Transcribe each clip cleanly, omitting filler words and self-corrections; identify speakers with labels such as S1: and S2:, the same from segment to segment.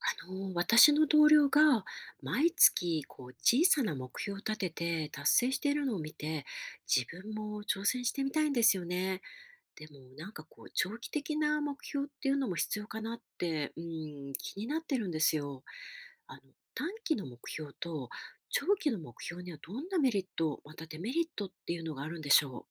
S1: 私の同僚が毎月こう小さな目標を立てて達成しているのを見て、自分も挑戦してみたいんですよね。でもなんかこう長期的な目標っていうのも必要かなって、うん、気になってるんですよ。あの、短期の目標と長期の目標にはどんなメリット、またデメリットっていうのがあるんでしょ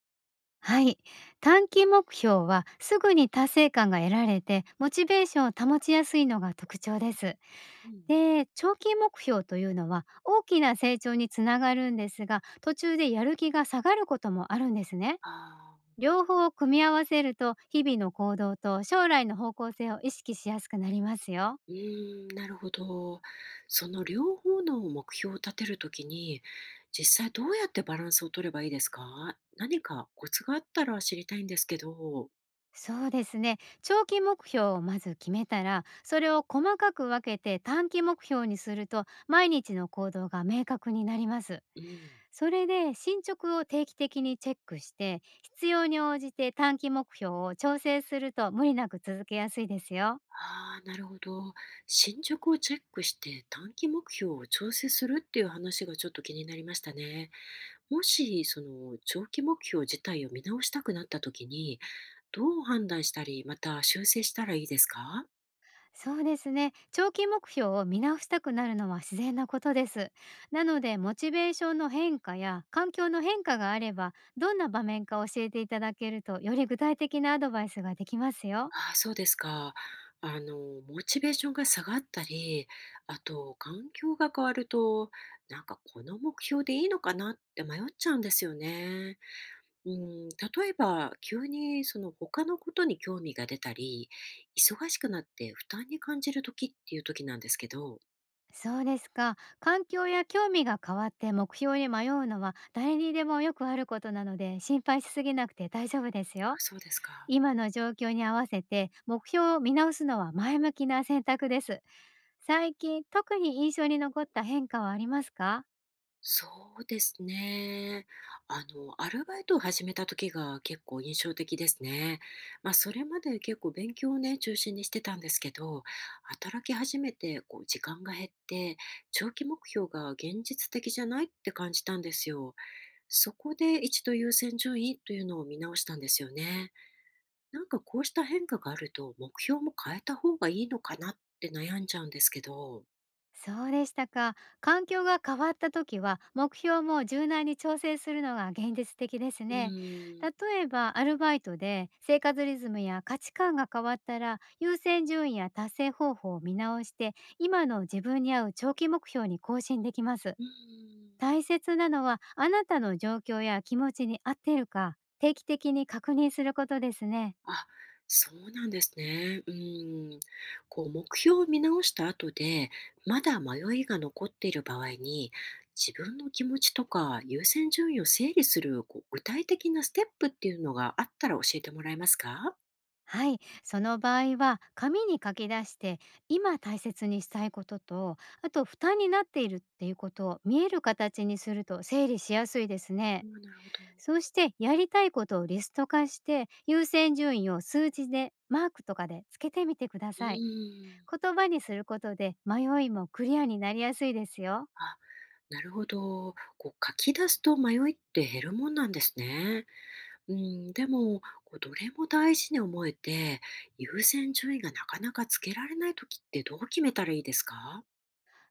S2: はい。短期目標はすぐに達成感が得られて、モチベーションを保ちやすいのが特徴です。
S1: う。うん。
S2: で、長期目標というのは大きな成長につながるんですが、途中でやる気が下がることもあるんですね。
S1: ああ。
S2: 両方を組み合わせると、日々の行動と将来の方向性を意識しやすくなりますよ。
S1: うーん、なるほど。その両方の目標を立てるときに、実際どうやってバランスを取ればいいですか？何かコツがあったら知りたいんですけど。
S2: そうですね。長期目標をまず決めたら、それを細かく分けて短期目標にすると、毎日の行動が明確になります。
S1: うん。
S2: それで進捗を定期的にチェックして、必要に応じて短期目標を調整すると無理なく続けやすいですよ。
S1: ああ、なるほど。進捗をチェックして短期目標を調整するっていう話がちょっと気になりましたね。もし、その長期目標自体を見直したくなったときに、どう判断したり、また修正したらいいですか？
S2: そうですね。長期目標を見直したくなるのは自然なことです。なので、モチベーションの変化や環境の変化があれば、どんな場面か教えていただけると、より具体的なアドバイスができますよ。
S1: ああ、そうですか。あの、モチベーションが下がったり、あと、環境が変わると、なんかこの目標でいいのかなって迷っちゃうんですよね。うん、例えば、急にその他のことに興味が出たり、忙しくなって負担に感じる時っていう時なんですけど、
S2: そうですか。環境や興味が変わって目標に迷うのは誰にでもよくあることなので、心配しすぎなくて大丈夫です
S1: あ、
S2: よ。
S1: そうですか。
S2: 今の状況に合わせて目標を見直すのは前向きな選択です。最近特に印象に残った変化はありますか？
S1: そうですね。アルバイトを始めた時が結構印象的ですね。まあ、それまで結構勉強をね、中心にしてたんですけど、働き始めてこう時間が減って、長期目標が現実的じゃないって感じたんですよ。そこで一度優先順位というのを見直したんですよね。なんかこうした変化があると、目標も変えた方がいいのかなって悩んじゃうんですけど。
S2: そうでしたか。環境が変わった時は目標も柔軟に調整するのが現実的です
S1: う
S2: ね。
S1: ーん。
S2: 例えばアルバイトで生活リズムや価値観が変わったら、優先順位や達成方法を見直して、今の自分に合う長期目標に更新できます。
S1: うーん。
S2: 大切なのは、あなたの状況や気持ちに合っているか定期的に確認することですね。
S1: あ、そうなんですね。うん。こう、目標を見直した後で、まだ迷いが残っている場合に、自分の気持ちとか優先順位を整理する、こう、具体的なステップっていうのがあったら教えてもらえますか？
S2: はい、その場合は紙に書き出して、今大切にしたいことと、あと負担になっているっていうことを見える形にすると整理しやすいですね。
S1: あ、なるほど。
S2: そうしてやりたいことをリスト化して、優先順位を数字でマークとかでつけてみてくだ
S1: う
S2: さい。
S1: ーん。
S2: 言葉にすることで迷いもクリアになりやすいですよ。
S1: あ、なるほど。こう、書き出すと迷いって減るもんなんですね。うん、でも、こうどれも大事に思えて、優先順位がなかなかつけられないときってどう決めたらいいですか？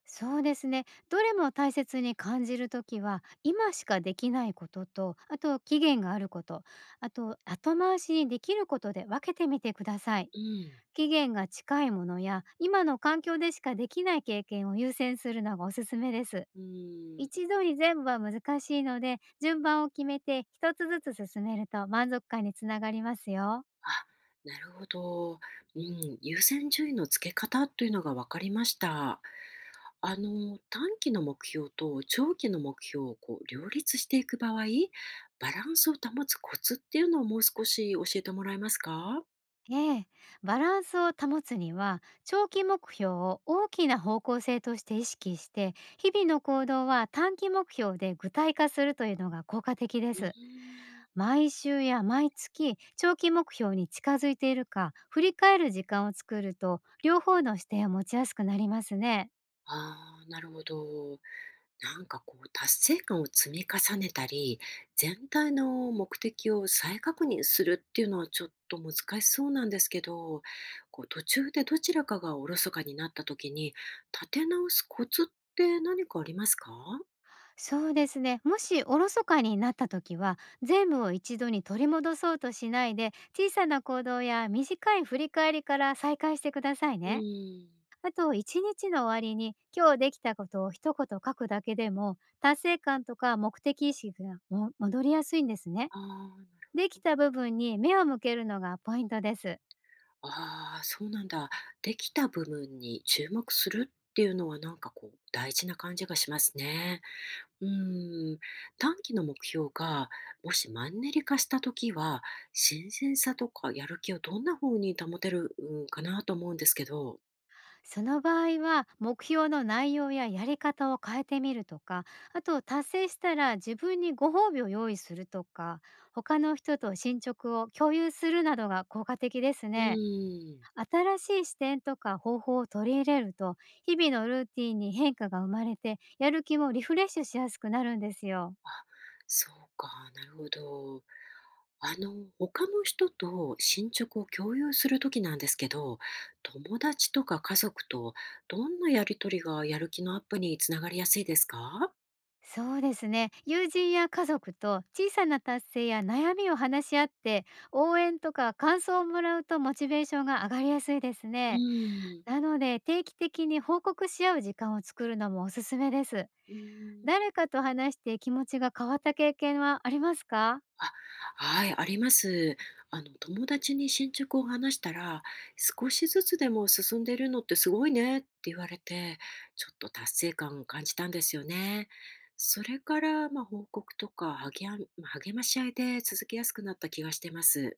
S2: そうですね。どれも大切に感じるときは、今しかできないことと、あと期限があること、あと後回しにできることで分けてみてください。
S1: うん。
S2: 期限が近いものや、今の環境でしかできない経験を優先するのがおすすめです。
S1: うん、
S2: 一度に全部は難しいので、順番を決めて一つずつ進めると満足感につながりますよ。
S1: あ、なるほど。うん、優先順位のつけ方というのが分かりました。短期の目標と長期の目標をこう両立していく場合、バランスを保つコツっていうのをもう少し教えてもらえますか？
S2: ええ、バランスを保つには、長期目標を大きな方向性として意識して、日々の行動は短期目標で具体化するというのが効果的で
S1: うー
S2: す。
S1: ん。
S2: 毎週や毎月、長期目標に近づいているか振り返る時間を作ると、両方の視点を持ちやすくなりますね。
S1: ああ、なるほど。なんかこう達成感を積み重ねたり、全体の目的を再確認するっていうのはちょっと難しそうなんですけど、こう途中でどちらかがおろそかになった時に立て直すコツって何かありますか？
S2: そうですね。もしおろそかになった時は、全部を一度に取り戻そうとしないで、小さな行動や短い振り返りから再開してください
S1: う
S2: ね。
S1: ん。
S2: あと、一日の終わりに今日できたことを一言書くだけでも、達成感とか目的意識がも戻りやすいんですね。
S1: あ
S2: できた部分に目を向けるのがポイントです。
S1: あ、ああ、そうなんだ。できた部分に注目するっていうのはなんかこう大事な感じがしますね。うーん、短期の目標がもしマンネリ化したときは、新鮮さとかやる気をどんな風に保てる、うん、かなと思うんですけど。
S2: その場合は目標の内容ややり方を変えてみるとか、あと達成したら自分にご褒美を用意するとか、他の人と進捗を共有するなどが効果的です
S1: う
S2: ね。
S1: ーん。
S2: 新しい視点とか方法を取り入れると、日々のルーティンに変化が生まれて、やる気もリフレッシュしやすくなるんですよ。
S1: あ、そうか、なるほど。他の人と進捗を共有するときなんですけど、友達とか家族とどんなやりとりがやる気のアップにつながりやすいですか？
S2: そうですね。友人や家族と小さな達成や悩みを話し合って、応援とか感想をもらうと、モチベーションが上がりやすいです
S1: う
S2: ね。
S1: ーん。
S2: なので、定期的に報告し合う時間を作るのもおすすめです。
S1: うーん。
S2: 誰かと話して気持ちが変わった経験はありますか？
S1: あ、はい、あります。友達に進捗を話したら、少しずつでも進んでるのってすごいねって言われて、ちょっと達成感を感じたんですよね。それから、まあ、報告とか励や励まし合いで続けやすくなった気がしてます。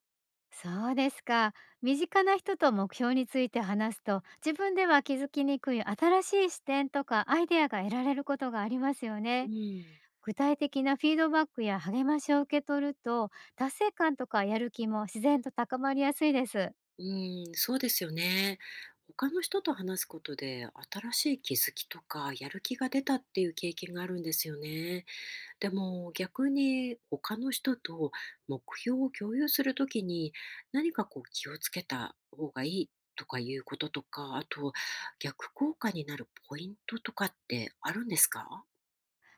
S2: そうですか。身近な人と目標について話すと、自分では気づきにくい新しい視点とかアイデアが得られることがありますよ
S1: う
S2: ね。
S1: ん、
S2: 具体的なフィードバックや励ましを受け取ると、達成感とかやる気も自然と高まりやすいです。
S1: うん、そうですよね。他の人と話すことで新しい気づきとかやる気が出たっていう経験があるんですよね。でも逆に他の人と目標を共有するときに何かこう気をつけた方がいいとかいうこととか、あと逆効果になるポイントとかってあるんですか？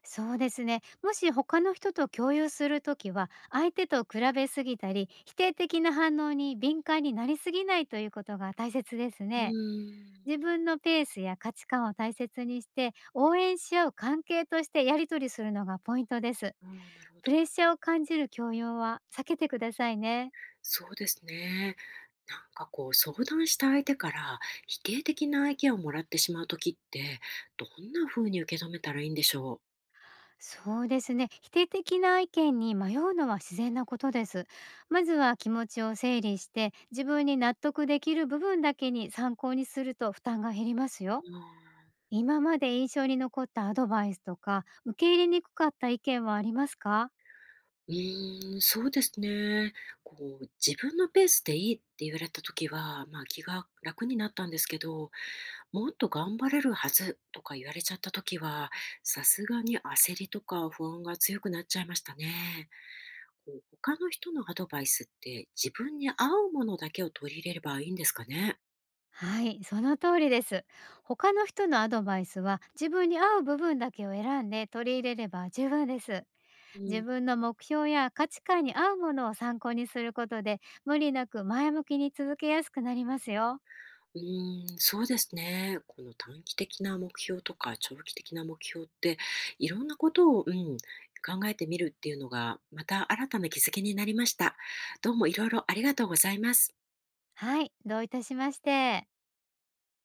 S2: そうですね。もし他の人と共有するときは、相手と比べすぎたり、否定的な反応に敏感になりすぎないということが大切です
S1: う
S2: ね。
S1: ーん。
S2: 自分のペースや価値観を大切にして、応援し合う関係としてやり取りするのがポイントです。
S1: あー、なるほ
S2: プ
S1: ど。
S2: レッシャーを感じる強要は避けてくださいね。
S1: そうですね。なんかこう相談した相手から否定的な意見をもらってしまうときってどんな風に受け止めたらいいんでしょ
S2: そうですね。否定的な意見に迷うのは自然なことです。まずは気持ちを整理して、自分に納得できる部分だけに参考にすると負担が減りますよ。
S1: う。あー。
S2: 今まで印象に残ったアドバイスとか、受け入れにくかった意見はありますか？
S1: うーん、そうですね。こう、自分のペースでいいって言われた時は、まあ、気が楽になったんですけど、もっと頑張れるはずとか言われちゃった時は、さすがに焦りとか不安が強くなっちゃいましたね。こう、他の人のアドバイスって自分に合うものだけを取り入れればいいんですかね？
S2: はい、その通りです。他の人のアドバイスは自分に合う部分だけを選んで取り入れれば十分です。
S1: う
S2: 自
S1: ん。
S2: 分の目標や価値観に合うものを参考にすることで、無理なく前向きに続けやすくなりますよ。
S1: うーん、そうですね。この短期的な目標とか長期的な目標って、いろんなことを、うん、考えてみるっていうのが、また新たな気づきになりました。どうもいろいろありがとうございます。
S2: はい、どういたしまして。